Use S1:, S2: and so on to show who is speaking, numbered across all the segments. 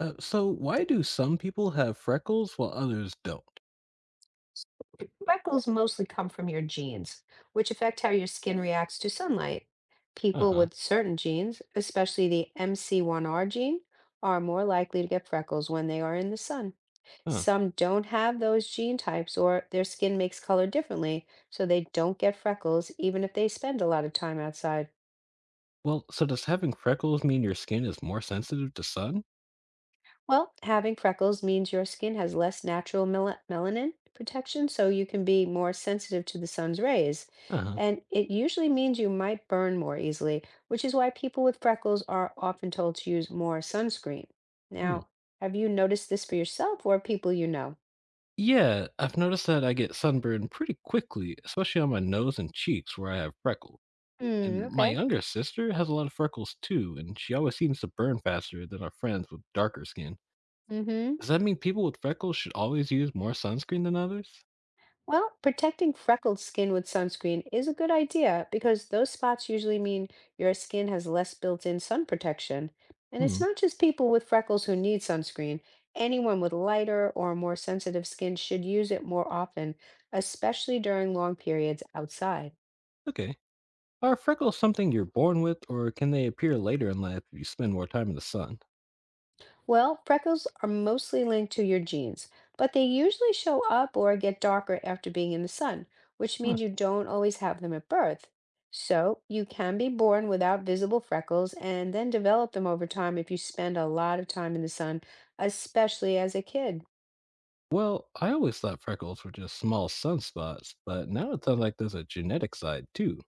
S1: So why do some people have freckles while others don't?
S2: Freckles mostly come from your genes, which affect how your skin reacts to sunlight.
S1: Uh
S2: People
S1: huh.
S2: with certain genes, especially the MC1R gene, are more likely to get freckles when they are in the sun.
S1: Huh.
S2: Some don't have those gene types or their skin makes color differently, so they don't get freckles even if they spend a lot of time outside.
S1: Well, so does having freckles mean your skin is more sensitive to sun?
S2: Well, having freckles means your skin has less natural melanin protection, so you can be more sensitive to the sun's rays.
S1: Uh huh.
S2: And it usually means you might burn more easily, which is why people with freckles are often told to use more sunscreen.
S1: Hmm.
S2: Now, have you noticed this for yourself or people you know?
S1: Yeah, I've noticed that I get sunburned pretty quickly, especially on my nose and cheeks where I have freckles. And
S2: Hmm,
S1: my
S2: okay.
S1: younger sister has a lot of freckles too, and she always seems to burn faster than our friends with darker skin.
S2: Mm-hmm.
S1: Does that mean people with freckles should always use more sunscreen than others?
S2: Well, protecting freckled skin with sunscreen is a good idea because those spots usually mean your skin has less built in sun protection. And it's
S1: Hmm.
S2: not just people with freckles who need sunscreen. Anyone with lighter or more sensitive skin should use it more often, especially during long periods outside.
S1: Okay. Are freckles something you're born with, or can they appear later in life if you spend more time in the sun?
S2: Well, freckles are mostly linked to your genes, but they usually show up or get darker after being in the sun, which
S1: Huh.
S2: means you don't always have them at birth. So, you can be born without visible freckles and then develop them over time if you spend a lot of time in the sun, especially as a kid.
S1: Well, I always thought freckles were just small sunspots, but now it sounds like there's a genetic side too.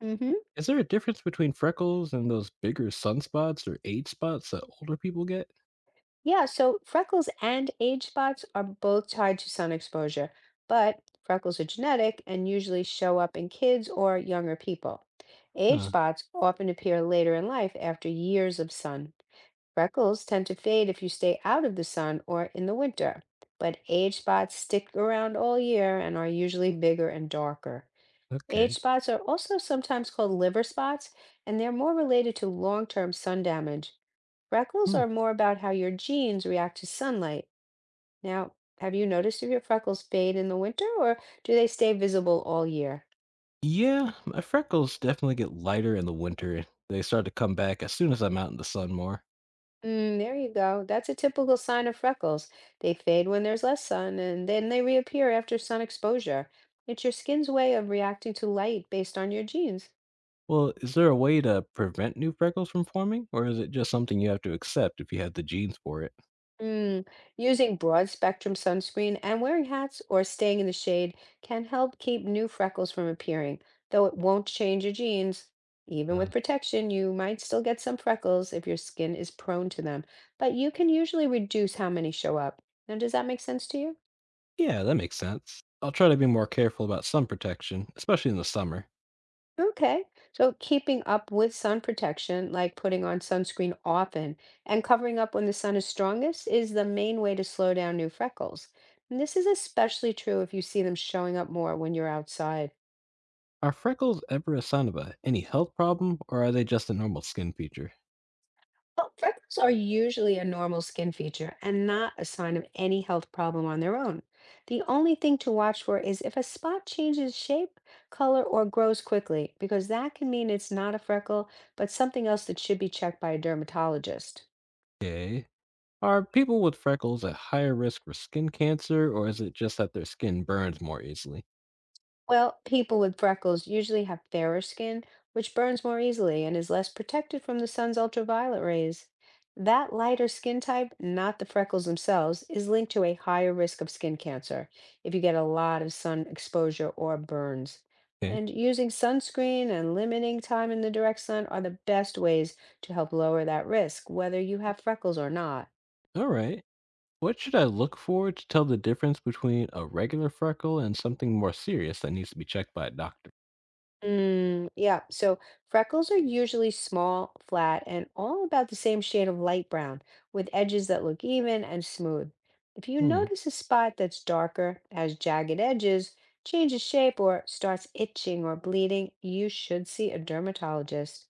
S2: Hmm.
S1: Is there a difference between freckles and those bigger sunspots or age spots that older people get?
S2: Yeah, so freckles and age spots are both tied to sun exposure, but freckles are genetic and usually show up in kids or younger people. Age
S1: Huh,
S2: spots often appear later in life after years of sun. Freckles tend to fade if you stay out of the sun or in the winter, but age spots stick around all year and are usually bigger and darker. Age
S1: okay.
S2: spots are also sometimes called liver spots, and they're more related to long-term sun damage. Freckles
S1: Hmm.
S2: are more about how your genes react to sunlight. Now, have you noticed if your freckles fade in the winter or do they stay visible all year?
S1: Yeah, my freckles definitely get lighter in the winter. They start to come back as soon as I'm out in the sun more.
S2: Mm, there you go. That's a typical sign of freckles. They fade when there's less sun and then they reappear after sun exposure. It's your skin's way of reacting to light based on your genes.
S1: Well, is there a way to prevent new freckles from forming, or is it just something you have to accept if you have the genes for it?
S2: Mm, Using broad spectrum sunscreen and wearing hats or staying in the shade can help keep new freckles from appearing, though it won't change your genes. Even
S1: Uh,
S2: with protection, you might still get some freckles if your skin is prone to them, but you can usually reduce how many show up. Now, does that make sense to you?
S1: Yeah, that makes sense. I'll try to be more careful about sun protection, especially in the summer.
S2: Okay. So keeping up with sun protection, like putting on sunscreen often and covering up when the sun is strongest, is the main way to slow down new freckles. And this is especially true if you see them showing up more when you're outside.
S1: Are freckles ever a sign of a, any health problem, or are they just a normal skin feature?
S2: Well, freckles are usually a normal skin feature and not a sign of any health problem on their own. The only thing to watch for is if a spot changes shape, color, or grows quickly, because that can mean it's not a freckle, but something else that should be checked by a dermatologist.
S1: Okay. Are people with freckles at higher risk for skin cancer, or is it just that their skin burns more easily?
S2: Well, people with freckles usually have fairer skin, which burns more easily and is less protected from the sun's ultraviolet rays. That lighter skin type, not the freckles themselves, is linked to a higher risk of skin cancer if you get a lot of sun exposure or burns.
S1: Okay.
S2: And using sunscreen and limiting time in the direct sun are the best ways to help lower that risk, whether you have freckles or not.
S1: All right. What should I look for to tell the difference between a regular freckle and something more serious that needs to be checked by a doctor?
S2: Yeah, so freckles are usually small, flat, and all about the same shade of light brown, with edges that look even and smooth. If you
S1: Hmm.
S2: notice a spot that's darker, has jagged edges, changes shape, or starts itching or bleeding, you should see a dermatologist.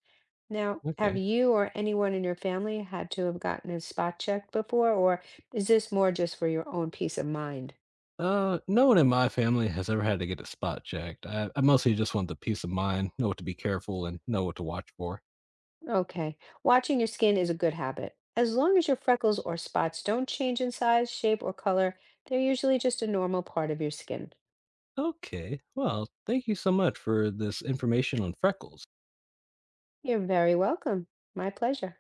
S2: Now, have
S1: Okay.
S2: you or anyone in your family had to have gotten a spot checked before, or is this more just for your own peace of mind?
S1: No one in my family has ever had to get a spot checked. I mostly just want the peace of mind, know what to be careful, and know what to watch for.
S2: Okay. Watching your skin is a good habit. As long as your freckles or spots don't change in size, shape, or color, they're usually just a normal part of your skin.
S1: Okay, well, thank you so much for this information on freckles.
S2: You're very welcome. My pleasure.